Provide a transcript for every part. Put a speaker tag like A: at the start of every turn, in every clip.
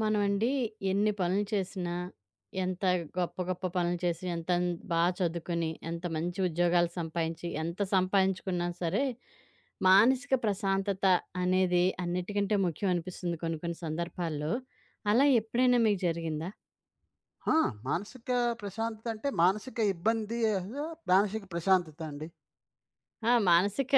A: మనమండి ఎన్ని పనులు చేసినా, ఎంత గొప్ప గొప్ప పనులు చేసి, ఎంత చదువుకొని, ఎంత మంచి ఉద్యోగాలు సంపాదించి, ఎంత సంపాదించుకున్నా సరే, మానసిక ప్రశాంతత అనేది అన్నిటికంటే ముఖ్యం అనిపిస్తుంది కొన్ని కొన్ని సందర్భాల్లో. అలా ఎప్పుడైనా మీకు జరిగిందా?
B: ఆ! మానసిక ప్రశాంతత అంటే మానసిక ఇబ్బంది మానసిక ప్రశాంతత అండి.
A: ఆ! మానసిక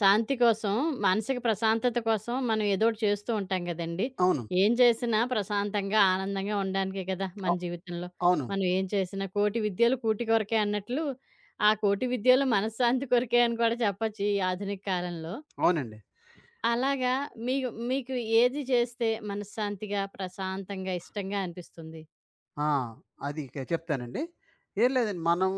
A: శాంతి కోసం, మానసిక ప్రశాంతత కోసం మనం ఏదోకటి చేస్తూ ఉంటాం గదండీ.
B: అవును.
A: ఏం చేసినా ప్రశాంతంగా, ఆనందంగా ఉండడానికే కదా మన
B: అ
A: జీవితంలో.
B: అవును.
A: మనం ఏం చేసినా కోటి విద్యలు కూటి కొరకే అన్నట్లు, ఆ కోటి విద్యలు మనశ్శాంతి కొరకే అని కూడా చెప్పొచ్చు ఈ ఆధునిక కాలంలో.
B: అవునండి.
A: అలాగా మీకు మీకు ఏది చేస్తే మనశ్శాంతిగా, ప్రశాంతంగా, ఇష్టంగా అనిపిస్తుంది?
B: ఆ! అది ఇక చెప్తానండి. ఏం లేదండి, మనం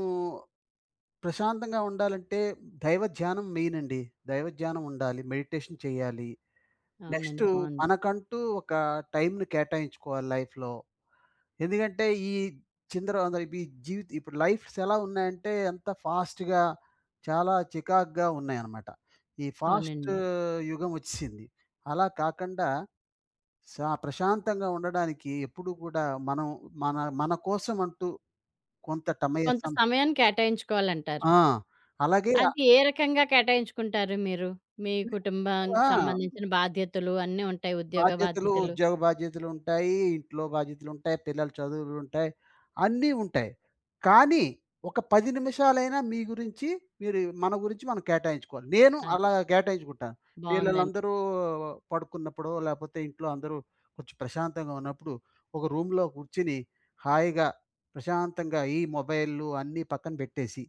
B: ప్రశాంతంగా ఉండాలంటే దైవ ధ్యానం మెయిన్ అండి. దైవ ధ్యానం ఉండాలి. మెడిటేషన్ చేయాలి. నెక్స్ట్,
A: అవునండి. బావుంది.
B: మనకంటూ ఒక టైమ్‌ని కేటాయించుకోవాలి లైఫ్‌లో. ఎందుకంటే ఈ చిందర ఈ జీవిత ఇప్పుడు లైఫ్స్ ఎలా ఉన్నాయంటే, ఎంత ఫాస్ట్‌గా చాలా చికాకుగా ఉన్నాయన్నమాట. అవును. ఫాస్ట్
A: అవునండి.
B: యుగం వచ్చేసింది. అలా కాకుండా ప్రశాంతంగా ఉండడానికి ఎప్పుడూ కూడా మనం మన మన కోసం అంటూ కొంత
A: కొంత సమయాన్ని కేటాయించుకోవాలంటారు.
B: ఆ! అలాగే.
A: అది ఏ రకంగా కేటాయించుకుంటారు మీరు? మీ
B: ఆ!
A: కుటుంబానికి సంబంధించిన బాధ్యతలు అన్నీ ఉంటాయి. ఉద్యోగ
B: బాధ్యతలు,
A: బాధ్యతలు.
B: ఉద్యోగ బాధ్యతలుంటాయి, ఇంట్లో బాధ్యతలుంటాయి, పిల్లల చదువులుంటాయి, అన్నీ ఉంటాయి. కానీ ఒక 10 నిమిషాలైనా మీ గురించి మీరు, మన గురించి మనం కేటాయించుకోవాలి. నేను
A: అది.
B: అలా కేటాయించుకుంటాను.
A: బావుందండి.
B: పిల్లలందరూ పడుకున్నప్పుడో, లేపోతే ఇంట్లో అందరూ కొంచెం ప్రశాంతంగా ఉన్నప్పుడు, ఒక రూమ్‌లో కూర్చొని హాయిగా, ప్రశాంతంగా ఈ మొబైల్లు అన్నీ పక్కన బెట్టేసి,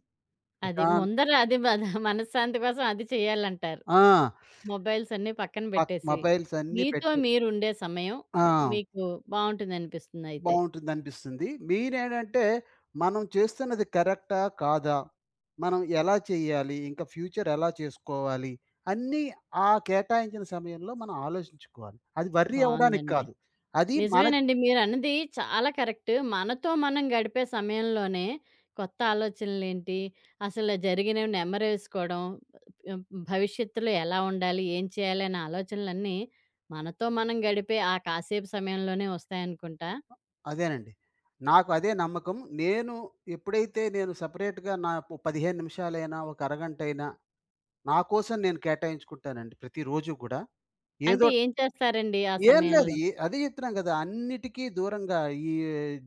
A: అది
B: ప్రశాంత్
A: ముందర అది మనశ్శాంతి కోసం అది చేయాలంటారు.
B: ఆ!
A: మొబైల్స్ అన్నీ పక్కన పెట్టేసి,
B: మొబైల్స్ అన్నీ
A: మీతో
B: పెట్టి,
A: మీరుండే సమయం
B: ఆ!
A: మీకు బావుంటుందనిపిస్తుందయితే.
B: బావుంటుందనిపిస్తుంది. మెయినేంటంటే, మనం చేస్తున్నది కరెక్టా? కాదా? మనం ఎలా చేయాలి? ఇంకా ఫ్యూచర్ ఎలా చేసుకోవాలి? అన్నీ ఆ కేటాయించిన సమయంలో మనం ఆలోచించుకోవాలి. అది వర్రీ అవ్వడానికి
A: బావుందండి.
B: కాదు. అది మనకు
A: నిజమేనండి. మీరన్నది చాలా కరెక్ట్. మనతో మనం గడిపే సమయంలోనే కొత్త ఆలోచనలేంటి, అసలు జరిగినవి నెమరేసుకోవడం, ఆహ్, భవిష్యత్తులో ఎలా ఉండాలి, ఏం చేయాలి అనే ఆలోచనలన్నీ మనతో మనం గడిపే ఆ కాసేపు సమయంలోనే వస్తాయనుకుంటా.
B: అదేనండి. నాకు అదే నమ్మకం. నేను ఎప్పుడైతే నేను సెపరేట్‌గా నా ఒక 15 నిమిషాలైనా, ఒక అరగంటైనా నా కోసం నేను కేటాయించుకుంటానండి ప్రతిరోజు గూడా. ఏదో
A: అంటే ఏం చేస్తారండి ఆ
B: ఏం లేదు.
A: సమయంలో?
B: అదే జెప్తున్నాం గదా! అన్నిటికి దూరంగా ఈ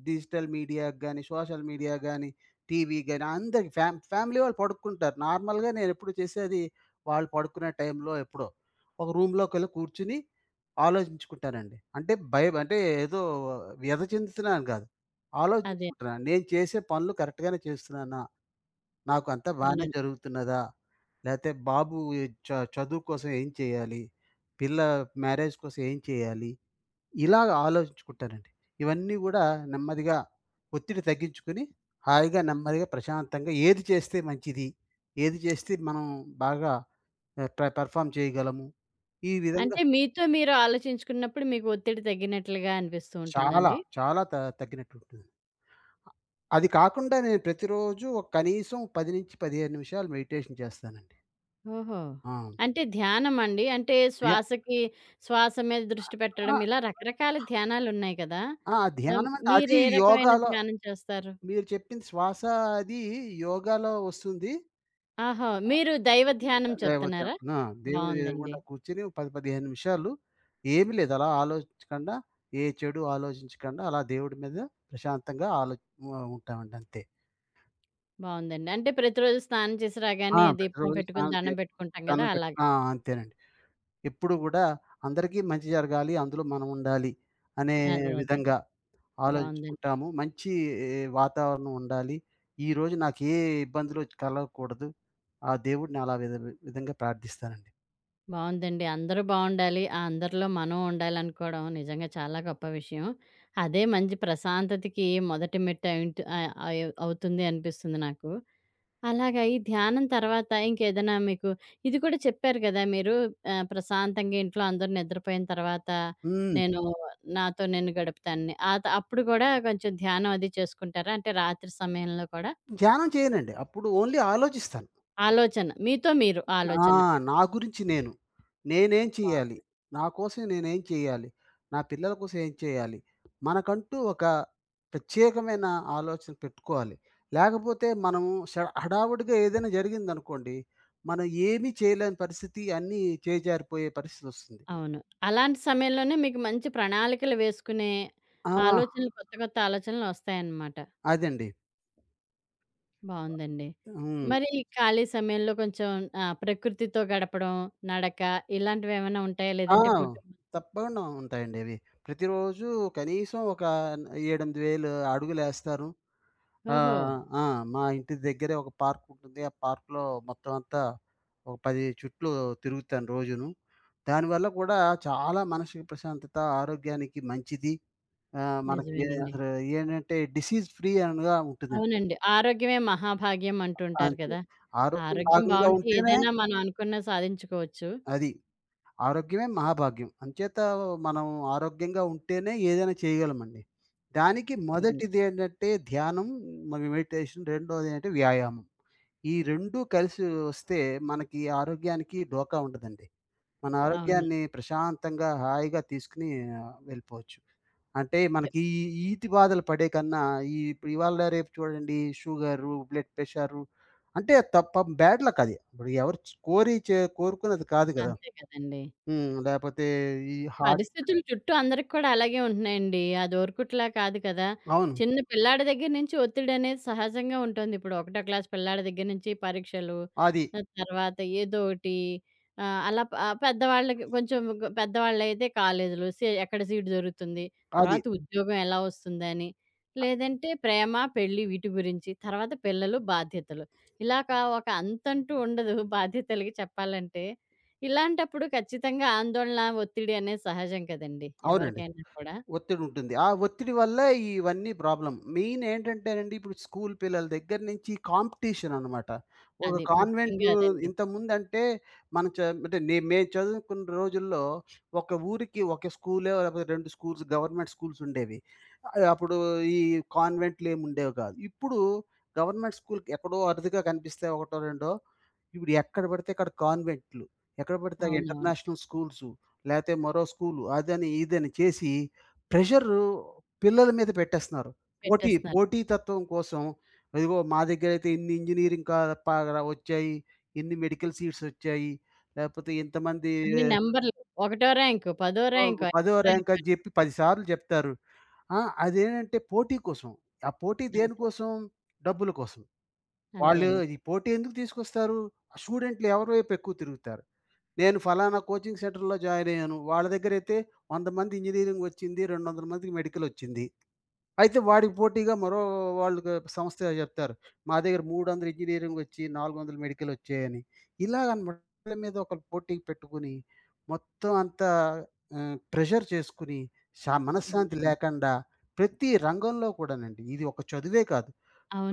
B: డిజిటల్ మీడియాకి గాని, సోషల్ మీడియా గాని, టీవీ గాని, అందరికి ఫ్యామిలీ వాళ్ళు పడుకుంటారు. నార్మల్‌గా నేనెప్పుడు చేసేది వాళ్ళు పడుకునే టైంలో ఎప్పుడో ఒక రూమ్‌లోకెళ్ళి కూర్చొని ఆలోచించుకుంటానండి. అంటే భయం అంటే ఏదో వ్యధ చెందుతున్నాను గాదు.
A: అదే.
B: ఆలోచించుకుంటున్నాను. నేను చేసే పనులు కరెక్ట్‌గానే చేస్తున్నానా? నాకు అంతా బానే
A: అవునండి.
B: జరుగుతున్నదా? లేతే బాబు చ చదువు కోసం ఏం చేయాలి? పిల్ల మ్యారేజ్ కోసం ఏం చేయాలి? ఇలాగ ఆలోచించుకుంటానండి. ఇవన్నీ గూడా నెమ్మదిగా ఒత్తిడి తగ్గించుకొని, హాయిగా, నెమ్మదిగా, ప్రశాంతంగా ఏది చేస్తే మంచిది? ఏది చేస్తే మనం బాగా ఆహ్, ప్ర పెర్ఫార్మ్ చేయగలము? ఈ విధంగా.
A: అంటే మీతో మీరు ఆలోచించుకున్నప్పుడు మీకు ఒత్తిడి తగ్గినట్లుగా అనిపిస్తూ
B: చాలా,
A: ఉంటుందండి?
B: చాలా తగ్గినట్టుంటుంది. అది కాకుండా నేను ప్రతిరోజు ఒక కనీసం 10-15 నిమిషాలు మెడిటేషన్ చేస్తానండి.
A: ఓహో!
B: ఆ!
A: అంటే ధ్యానమండి? అంటే
B: ధ్యా
A: శ్వాసకి శ్వాస మీద దృష్టి
B: ఆ!
A: పెట్టడం ఇలా రకరకాల ధ్యానాలున్నాయి కదా!
B: ఆ! ధ్యానం అంటే అది
A: మీరే రకమైన
B: యోగాలో
A: ధ్యానం చేస్తారు?
B: మీరు చెప్పింది శ్వాస, అది యోగాలో వస్తుంది.
A: ఆహా! మీరు దైవ ధ్యానం
B: రేవతి,
A: చెప్తున్నారా?
B: ఆ! దేవుడు
A: బావుందండి.
B: ఎదురుగుండా కూర్చొని 10, 15 నిమిషాలు ఏమి లేదు. అలా ఆలోచించకుండా, ఏ చెడు ఆలోచించకుండా అలా దేవుడి మీద ప్రశాంతంగా ఉంటామండి అంతే.
A: బావుందండి. అంటే ప్రతిరోజు స్నానం చేసి రాగానే దీపం
B: ప్రతిరోజు
A: పెట్టుకొని
B: స్నానం చే
A: దండం పెట్టుకుంటాం గదా!
B: దండం పెట్
A: అలాగా.
B: ఆ! అంతేనండి. ఎప్పుడు గూడా అందరికీ మంచి జరగాలి, అందులో మనం ఉండాలి అనే
A: అదే. అదే.
B: విధంగా
A: బావుందండి.
B: ఆలోచించుకుంటాము. మంచి ఏ, వాతావరణం ఉండాలి. ఈరోజు నాకు ఏ ఇబ్బందులు కలగకూడదు. ఆ దేవుడిని అలా విధంగా ప్రార్థిస్తానండి.
A: బావుందండి. అందరూ బావుండాలి. ఆ అందరిలో మనం ఉండాలనుకోవడం నిజంగా చాలా గొప్ప విషయం. అదే మంచి ప్రశాంతతకి మొదటి మెట్టు అయింట్ ఆహ్, అయ్ అవుతుంది అనిపిస్తుంది నాకు. అలాగా ఈ ధ్యానం తర్వాత ఇంకేదైనా మీకు ఇది కూడా చెప్పారు కదా! మీరు ప్రశాంతంగా ఇంట్లో అందరూ నిద్రపోయిన తర్వాత
B: హ్మ్.
A: నేను నాతో నేను గడుపుతానని. ఆ త అప్పుడు కూడా కొంచెం ధ్యానం అది చేసుకుంటారా? అంటే రాత్రి సమయంలో కూడా
B: ధ్యానం చేయనండి. అప్పుడు ఓన్లీ ఆలోచిస్తాను.
A: ఆలోచన మీతో మీరు
B: ఆ!
A: ఆలోచన.
B: నా గురించి నేను. నేనేం చేయాలి?
A: బావుంది.
B: నా కోసం నేనేం చేయాలి? నా పిల్లల కోసం ఏం చేయాలి? మనకంటూ ఒక ప్రత్యేకమైన ఆలోచన పెట్టుకోవాలి. లేకపోతే మనము హడావుడిగా ఏదైనా జరిగిందనుకోండి, మనం ఏమీ చేయలేని పరిస్థితి, అన్నీ చేజారిపోయే పరిస్థితొస్తుంది.
A: అవును. అలాంటి సమయంలోనే మీకు మంచి ప్రణాళికలు వేసుకునే
B: ఆ!
A: ఆలోచనలు కొత్త, కొత్త ఆలోచనలొస్తాయన్నమాట.
B: అదండి.
A: బావుందండి.
B: హ్మ్.
A: మరి ఈ ఖాళీ సమయంలో కొంచెం ప్రకృతితో గడపడం, నడక ఇలాంటివేమైనా ఉంటాయా?
B: ఆ!
A: లేదంటే కుటుంబం
B: తప్పకుండా ఉంటాయండి అవి. ప్రతిరోజు కనీసం ఒక 7, 8,000 అడుగులేస్తారు. ఆ!
A: ఓహో!
B: ఆ! మా ఇంటి దగ్గరే ఒక పార్క్ ఉంటుంది. ఆ పార్క్‌లో మొత్తం అంతా ఒక 10 చుట్లు తిరుగుతాను రోజును. దానివల్ల కూడా చాలా మనసుకి ప్రశాంతత, ఆరోగ్యానికి మంచిది. మనకి
A: నిజమేనండి.
B: అసలు ఏంటంటే డిసీజ్ ఫ్రీ అనగా ఉంటుందండి.
A: అవునండి. ఆరోగ్యమే మహాభాగ్యం అంటుంటారు
B: అంతే.
A: కదా!
B: ఆరోగ్యం
A: ఆరోగ్యం
B: భాగంగా
A: బావుంటే
B: ఉంటేనే
A: ఏదైనా మనం అనుకున్నది సాధించుకోవచ్చు.
B: అది. ఆరోగ్యమే మహాభాగ్యం. అంచేత మనం ఆరోగ్యంగా ఉంటేనే ఏదైనా చేయగలమండి. దానికి
A: అవును.
B: మొదటిది ఏంటంటే ధ్యానం, మరి మెడిటేషన్. రెండోది ఏంటంటే వ్యాయామం. ఈ 2 కలిసి వస్తే మనకి ఆరోగ్యానికి ఢోకా ఉండదండి. మన
A: అవును.
B: ఆరోగ్యాన్ని ప్రశాంతంగా, హాయిగా తీసుకొని వెళ్ళిపోవచ్చు. అంటే మనకి ఈ ఈతి బాధలు పడే కన్నా, ఇప్పుడు ఇవాళ రేపు చూడండి షుగరు, బ్లడ్ ప్రెషరు అంటే పాపం బ్యాడ్ లక్ అది. ఇప్పుడు ఎవరు చ్ కోరి చే కోరుకున్నది కాదు కదా!
A: అంతే కదండీ.
B: లేపోతే ఈ హార్ట్.
A: పరిస్థితులు చుట్టూ అందరికి కూడా అలాగే ఉంటున్నాయండి. అది ఒరుకుట్లా కాదు కదా!
B: అవును.
A: చిన్న పిల్లాడి దగ్గర నుంచి ఒత్తిడనేది సహజంగా ఉంటుంది. ఇప్పుడు ఒకటో క్లాస్ పిల్లాడి దగ్గర నుంచి పరీక్షలు,
B: అది.
A: తర్వాత ఏదోటి ఆహ్, అలా ప ఆ, పెద్దవాళ్ళకి కొంచెం గ పెద్దవాళ్ళైతే కాలేజీలు, ఎక్కడ సీట్ దొరుకుతుంది,
B: అది.
A: తర్వాత ఉద్యోగం ఎలా వస్తుందని, లేదంటే ప్రేమ, పెళ్లి వీటి గురించి, తర్వాత పిల్లలు, బాధ్యతలు. ఇలాగ ఒక అంతంటూ ఉండదు బాధ్యతలకి చెప్పాలంటే. ఇలాంటప్పుడు ఖచ్చితంగా ఆందోళన, ఒత్తిడి అనేది సహజం కదండీ!
B: అవునండి.
A: ఎవరికైనా కూడా.
B: ఒత్తిడుంటుంది. ఆ ఒత్తిడి వల్ల ఇవన్నీ ప్రాబ్లమ్. మెయిన్ ఏంటంటేనండి, ఇప్పుడు స్కూల్ పిల్లల దగ్గర నుంచి కాంపిటీషన్ అనమాట. ఒక
A: అది
B: కాన్వెంటు
A: ముఖ్యంగా అదండి.
B: ఇంతకుముందంటే, మనం చ అంటే మేము చదువుకున్న రోజుల్లో ఒక ఊరికి ఒక స్కూలో లేకపోతే 2 స్కూల్స్ గవర్నమెంట్ స్కూల్సుండేవి. అప్పుడు ఈ కాన్వెంట్‌లేముండేవి కాదు. ఇప్పుడు గవర్నమెంట్ స్కూల్‌కి ఎక్కడో అరుదుగా కనిపిస్తాయి ఒకటో, రెండో. ఇప్పుడు ఎక్కడ పడితే అక్కడ కాన్వెంట్‌లు, ఎక్కడ పడితే
A: అవునవును.
B: ఇంటర్నేషనల్ స్కూల్సు, లేతే మరో స్కూలు అదని, ఇదని చేసి ప్రెషరు పిల్లల మీద పెట్టేస్తున్నారు. పోటీ
A: పెట్టేస్తున్నారు.
B: పోటీ తత్వం కోసం ఇదిగో మా దగ్గరైతే ఇన్ని ఇంజినీరింగ్ కా ప వచ్చాయి. ఇన్ని మెడికల్ సీట్స్ వచ్చాయి. లేకపోతే ఇంతమంది
A: అన్ని నంబర్‌లు. ఒకటో ర్యాంకు, పదో ర్యాంకు,
B: 10వ
A: ఐదో
B: ర్యాంక్
A: ర్యాంకు
B: అని చెప్పి 10 సార్లు చెప్తారు. ఆ! అదేంటంటే పోటీ కోసం. ఆ పోటీ
A: అంతే.
B: దేనికోసం? డబ్బుల కోసం.
A: అంతే
B: వాళ్ళు
A: అండి.
B: ఈ పోటీ ఎందుకు తీసుకొస్తారు? స్టూడెంట్లు ఎవరి వైపు ఎక్కువ తిరుగుతారు. నేను ఫలానా కోచింగ్ సెంటర్‌లో జాయిన్ అయ్యాను. వాళ్ళ దగ్గరైతే 100 మంది ఇంజినీరింగ్ వచ్చింది. 200 మందికి మెడికల్ వచ్చింది. అయితే వాడికి పోటీగా మరో వాళ్ళకి సంస్థ చెప్తారు. మా దగ్గర 300 ఇంజినీరింగ్ వచ్చి 400 మెడికల్ వచ్చాయని. ఇలాగనమాట, ఒకళ్ళ మీద ఒకళ్ళు పోటీ పెట్టుకొని మొత్తం అంతా ప్రెషర్ చేసుకొని మనశ్శాంతి
A: అవునండి.
B: లేకుండా ప్రతి రంగంలో కూడానండి. ఇది ఒక చదువే కాదు.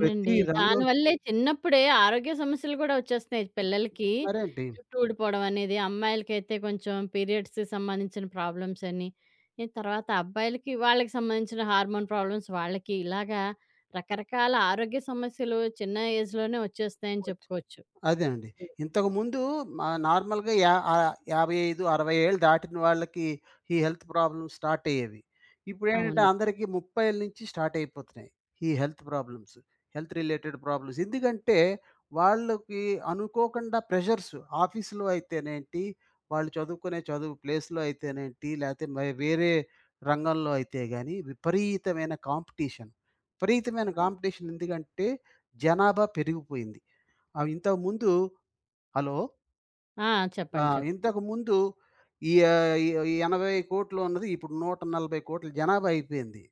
B: ప్రతి రంగం
A: దానివల్లే చిన్నప్పుడే ఆరోగ్య సమస్యలు గూడా వచ్చేస్తున్నాయి. పిల్లలకి
B: మరేంటి?
A: జుట్టు ఊడిపోవడం అనేది, అమ్మాయిలకైతే కొంచెం పీరియడ్స్‌కి సంబంధించిన ప్రాబ్లమ్స్ అని, ఈ తర్వాత అబ్బాయిలకి వాళ్ళకి సంబంధించిన హార్మోన్ ప్రాబ్లమ్స్ వాళ్ళకి ఇలాగా రకరకాల ఆరోగ్య సమస్యలు చిన్న ఏజ్‌లోనే వచ్చేస్తాయని చెప్పుకోవచ్చు.
B: అదేనండి. ఇంతకుముందు మా 55, 60 ఏళ్ళు దాటిన వాళ్ళకి ఈ హెల్త్ ప్రాబ్లమ్స్ స్టార్ట్ అయ్యేవి. ఇప్పుడేంటంటే
A: అవును.
B: అందరికీ 30ల నుంచి స్టార్ట్ అయిపోతున్నాయి. ఈ health problems. Health related problems. ఎందుకంటే వాళ్ళకి అనుకోకుండా ప్రెషర్స్ ఆఫీస్‌లో అయితేనేంటి, వాళ్ళు చదువుకునే చదువు ప్లేస్‌లో అయితేనేంటి, లేతే మరి వేరే రంగంలో అయితే గాని విపరీతమైన కాంపిటీషన్. విపరీతమైన
A: అవును.
B: కాంపిటీషన్. ఎందుకంటే జనాభా పెరిగిపోయింది. అవి ఇంతకుముందు హలో!
A: ఆ!
B: ఆ!
A: చెప్పండి. చెప్పండి.
B: ఇంతకుముందు ఈ ఆహ్, ఈ ఈ 80,00,00,000 ఉన్నది ఇప్పుడు 140,00,00,000 జనాభా అయిపోయింది.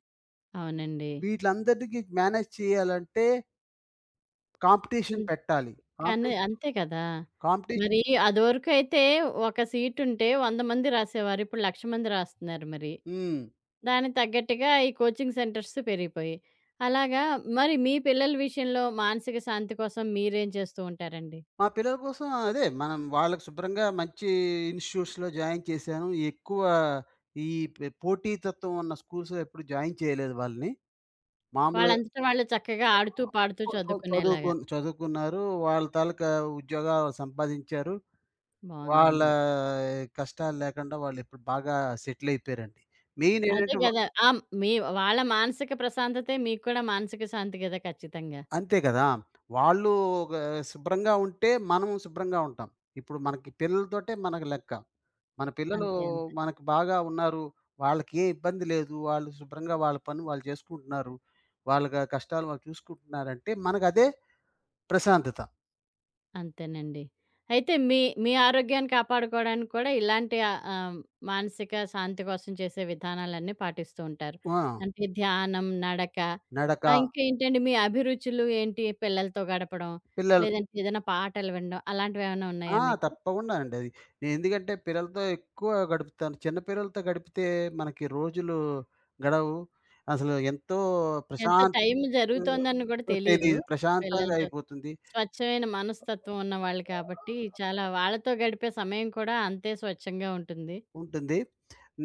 A: అవునండి.
B: వీట్లందరికీ మేనేజ్ చేయాలంటే కాంపిటీషన్ పెట్టాలి.
A: కానీ
B: కాంపిటీషన్
A: అంతే కదా!
B: కాంపిటీషన్
A: మరి అదివరకైతే ఒక సీటుంటే 100 మంది రాసేవారు. ఇప్పుడు 1,00,000 మంది రాస్తున్నారు మరి.
B: హ్మ్.
A: దానికి తగ్గట్టుగా ఈ కోచింగ్ సెంటర్స్ పెరిగిపోయాయి. అలాగా మరి మీ పిల్లల విషయంలో మానసిక శాంతి కోసం మీరేం చేస్తూ ఉంటారండి?
B: మా పిల్లల కోసం అదే మనం వాళ్ళకి శుభ్రంగా మంచి ఇన్‌స్టిట్యూట్స్‌లో జాయిన్ చేశాను. ఎక్కువ ఈ పె పోటీతత్వం ఉన్న స్కూల్స్‌లో ఎప్పుడు జాయిన్ చేయలేదు వాళ్ళని. మామూలుగా
A: వాళ్ళంతట వాళ్ళు చక్కగా ఆడుతూ, పాడుతూ
B: చ చదువుకు
A: చదువుకునేలాగా.
B: చదువుకున్నారు. వాళ్ళ తాలూకా ఉద్యోగాలు సంపాదించారు. వాళ్ళ
A: బావుందండి.
B: కష్టాలు లేకుండా వాళ్ళిప్పుడు బాగా సెటిలయిపోయారండి. మెయిన్
A: అదే
B: ఏంటంటే
A: గదా! మీ వాళ్ళ మానసిక ప్రశాంతతే మీకు కూడా మానసిక శాంతి గదా! ఖచ్చితంగా.
B: అంతే కదా! వాళ్ళు ఒక శుభ్రంగా ఉంటే మనం శుభ్రంగా ఉంటాం. ఇప్పుడు మనకి పిల్లలతోటే మనకు లెక్క. మన పిల్లలు
A: అంతే. అంతే.
B: మనకు బాగా ఉన్నారు. వాళ్ళకి ఏ ఇబ్బంది లేదు. వాళ్ళు శుభ్రంగా వాళ్ళ పని వాళ్ళు చేసుకుంటున్నారు. వాళ్ళ కష్టాలు వాళ్ళు చూసుకుంటున్నారంటే మనకదే ప్రశాంతత.
A: అంతేనండి. అయితే మీ మీ ఆరోగ్యాన్ని కాపాడుకోవడానికి కూడా ఇలాంటి ఆహ్, ఆహ్, మానసిక శాంతి కోసం చేసే విధానాలన్నీ పాటిస్తూ ఉంటారు.
B: ఆ!
A: అంటే ధ్యానం, నడక
B: నడక.
A: ఇంకా ఏంటండి మీ అభిరుచులు ఏంటి? పిల్లలతో గడపడం,
B: పిల్లల
A: లేదంటే ఏదైనా పాటలు వినడం అలాంటివేమైనా
B: ఆ!
A: ఉన్నాయా మీకు?
B: తప్పకుండా అండి అది. నేను ఎందుకంటే పిల్లలతో ఎక్కువ గడుపుతాను. చిన్న పిల్లలతో గడిపితే మనకి రోజులు గడవు. అసలు ఎంతో
A: ఎంత టైం జరుగుతోందని కూడా
B: ప్రశాంతంగా
A: తెలీదు
B: తెలీదు. ప్రశాంతంగా
A: పిల్లలతో.
B: అయిపోతుంది.
A: స్వచ్ఛమైన మనస్తత్వం ఉన్నవాళ్ళు కాబట్టి చాలా వాళ్ళతో గడిపే సమయం కూడా అంతే స్వచ్ఛంగా ఉంటుంది.
B: ఉంటుంది.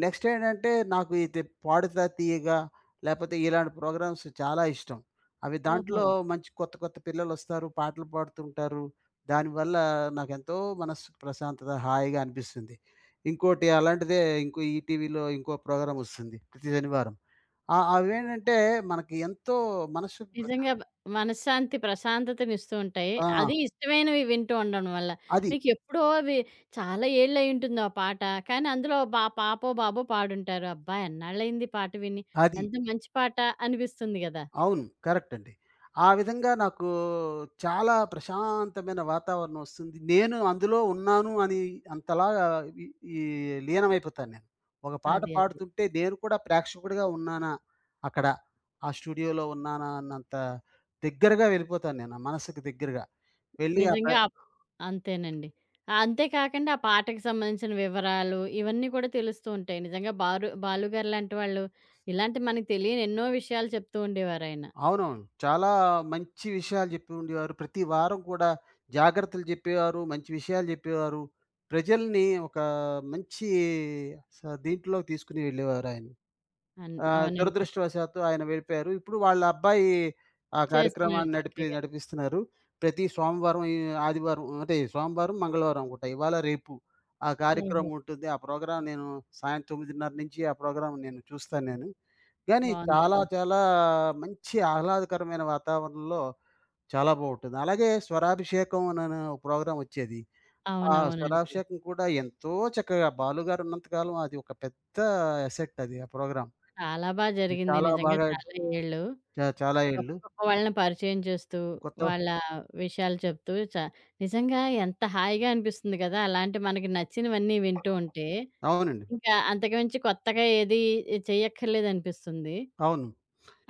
B: నెక్స్ట్ ఏంటంటే, నాకు ఇది 'పాడుతా తీయగా' లేపోతే ఇలాంటి ప్రోగ్రామ్స్ చాలా ఇష్టం. అవి
A: ఓహో!
B: దాంట్లో మంచి కొత్త కొత్త పిల్లలొస్తారు, పాటలు పాడుతుంటారు. దానివల్ల నాకెంతో మనస్సుకు ప్రశాంతత, హాయిగా అనిపిస్తుంది. ఇంకోటి అలాంటిదే ఇంకో ఈటీవీలో ఇంకో ప్రోగ్రామ్ వస్తుంది ప్రతి శనివారం. ఆ అవేంటంటే, మనకి ఎంతో మనస్సుకు ప్రశా
A: నిజంగా బ మనశ్శాంతి, ప్రశాంతతనిస్తూ ఉంటాయి.
B: ఆ!
A: అది ఇష్టమైనవి వింటూ ఉండడం వల్ల.
B: అది.
A: మీకెప్పుడో అవి చాలా ఏళ్ళయ్యుంటుంది ఆ పాట. కానీ అందులో పాపో, బాబో పాడుంటారు. అబ్బా! ఎన్నాళ్ళయింది ఈ పాట విని.
B: అది.
A: ఎంత మంచి పాట అనిపిస్తుంది గదా!
B: అవును. కరెక్ట్ అండి. ఆ విధంగా నాకు చాలా ప్రశాంతమైన వాతావరణం వస్తుంది. నేను అందులో ఉన్నాను అని అంతలాగా ఈ ఈ లీనమైపోతాను నేను. ఒక పాట
A: అది. అది.
B: పాడుతుంటే నేను కూడా ప్రేక్షకుడిగా ఉన్నానా అక్కడ, ఆ స్టూడియోలో ఉన్నానా అన్నంత దగ్గరగా వెళ్ళిపోతాను నేను. ఆ మనసుకు దగ్గరగా వెళ్ళి ఆ ప్ర
A: నిజంగా అప్ అంతేనండి. అంతే కాకుండా ఆ పాటకి సంబంధించిన వివరాలు ఇవన్నీ కూడా తెలుస్తూ ఉంటాయి. నిజంగా బాలు గారు లాంటి వాళ్ళు ఇలాంటి మనకు తెలియని ఎన్నో విషయాలు చెప్తూ ఉండేవారాయన.
B: అవునవును. చాలా మంచి విషయాలు చెప్పి ఉండేవారు. ప్రతి వారం కూడా జాగ్రత్తలు చెప్పేవారు. మంచి విషయాలు చెప్పేవారు. ప్రజల్ని ఒక మంచి స దీంట్లోకి తీసుకొని వెళ్ళేవారాయన.
A: అవునండి.
B: దురదృష్టవశాత్తు ఆయన వెళ్ళిపోయారు. ఇప్పుడు వాళ్ళ అబ్బాయి ఆ
A: చేస్తున్నాడు
B: కార్యక్రమాన్ని
A: చక్కగా.
B: నడిపిస్తున్నారు. ప్రతి సోమవారం, ఈ ఆదివారం అంటే సోమవారం, మంగళవారం పూట ఇవాళ, రేపు ఆ
A: ఓహో!
B: కార్యక్రమం ఉంటుంది. ఆ ప్రోగ్రామ్ నేను సాయం 9:30 నుంచి ఆ ప్రోగ్రామ్ నేను చూస్తాను నేను. గానీ చాలా,
A: బావుందండి.
B: చాలా మంచి ఆహ్లాదకరమైన వాతావరణంలో చాలా బావుంటుంది. అలాగే స్వరాభిషేకం అననే ఒక ప్రోగ్రామ్ వచ్చేది. ఆ
A: అవునవునండి.
B: స్వరాభిషేకం కూడా ఎంతో చక్కగా బాలు గారు ఉన్నంత కాలం అది ఒక పెద్ద అసెట్ అది ఆ ప్రోగ్రామ్.
A: చాలా
B: ఇది
A: జరిగింది.
B: చాలా
A: నిజంగా
B: బాగా
A: చాలా ఏళ్ళు
B: చాలా
A: గొప్ప
B: ఏళ్ళు.
A: గొప్ప వాళ్ళని పరిచయం చేస్తూ,
B: కొత్త
A: వాళ్ళ విషయాలు చెప్తూ నిజంగా ఎంత హాయిగా అనిపిస్తుంది కదా! అలాంటి మనకి నచ్చినవన్నీ వింటూ ఉంటే,
B: అవునండి.
A: ఇంకా అంతకుమించి కొత్తగా ఏది చెయ్యక్కర్లేదనిపిస్తుంది.
B: అవును.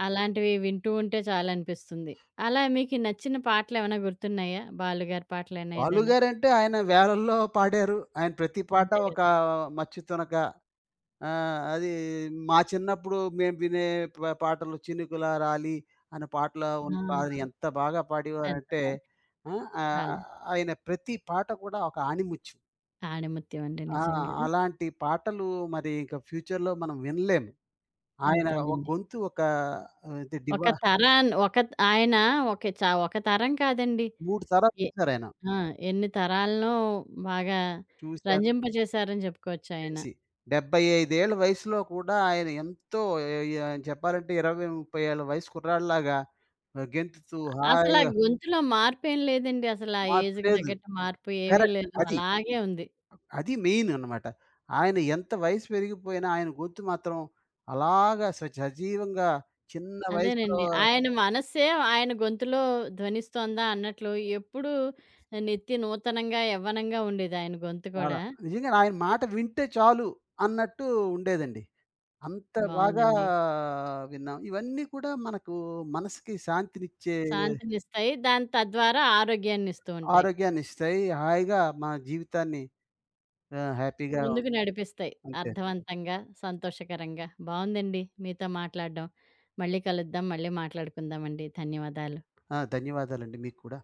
A: అలాంటివి వింటూ ఉంటే చాలనిపిస్తుంది. అలా మీకు ఈ నచ్చిన పాటలేమైనా గుర్తున్నాయా? బాలుగారి పాటలైనా ఏదైనా?
B: బాలుగారంటే ఆయన వేలల్లో పాడారు. ఆయన ప్రతి పాట
A: అంతే కదా!
B: ఒక మచ్చి తునక. అది మా చిన్నప్పుడు మేము వినే పాటలు 'చినుకుల రాలి' అనే పాటలు
A: ఆ!
B: అది ఎంత బాగా
A: ఎంత
B: పాడేవారంటే
A: బావుంది.
B: ఆ! ఆహ్,
A: చాలా
B: ఆయన ప్రతి పాట కూడా ఒక ఆణిముత్యం.
A: ఆణిముత్యం అండి
B: ఆ!
A: నిజంగా.
B: అలాంటి పాటలు మరి ఇంక ఫ్యూచర్‌లో మనం వినలేము. ఆయన ఒక
A: అంతేనండి.
B: గొంతు ఒక ది
A: ఒక
B: డివా.
A: తరాన్ ఒక ఆయన ఒక తరం కాదండి.
B: 3 తరాలు
A: ఎ
B: చూసారాయన.
A: ఆ! ఎన్ని తరాలనో బాగా
B: చూసారు.
A: రంజింపజేశారని చెప్పుకోవచ్చాయన.
B: చేసి. 75 ఏళ్ల వయసులో కూడా ఆయన ఎంతో చెప్పాలంటే 20, 30 ఏళ్ల వయసు కుర్రాడిలాగా గెంతుతూ
A: అసల
B: హాయిగా
A: గొంతులో మార్పేం లేదండి. అసల ఆ
B: మార్పు
A: ఏజ్‌కి
B: లేదు.
A: తగ్గట్టు మార్పు ఏమీ
B: కరెక్ట్.
A: లేదు.
B: అది.
A: అలాగే ఉంది.
B: అది మెయిన్ అన్నమాట. ఆయన ఎంత వయసు పెరిగిపోయినా ఆయన గొంతు మాత్రం అలాగా సజీవంగా చిన్న వయసులో
A: అదేనండి. ఆయన మనస్సే ఆయన గొంతులో ధ్వనిస్తోందా అన్నట్లు ఎప్పుడూ నిత్య నూతనంగా, యవ్వనంగా ఉండేది ఆయన గొంతు
B: చాలా
A: కూడా.
B: నిజంగానే ఆయన మాట వింటే చాలు అన్నట్టు ఉండేదండి. అంత బాగా
A: బావుందండి.
B: విన్నాం. ఇవన్నీ కూడా మనకు మనసుకి శాంతినిచ్చే
A: శాంతినిస్తాయి. దాని తద్వారా ఆరోగ్యాన్నిస్తూ ఉంటాయి.
B: ఆరోగ్యాన్ని ఇస్తాయి. హాయిగా మన జీవితాన్ని హ్యాపీగా
A: ముందుకు నడిపిస్తాయి.
B: అంతే.
A: అర్థవంతంగా, సంతోషకరంగా. బావుందండి మీతో మాట్లాడడం. మళ్ళీ కలుద్దాం. మళ్ళీ మాట్లాడుకుందామండి. ధన్యవాదాలు.
B: ధన్యవాదాలండి మీకు కూడా.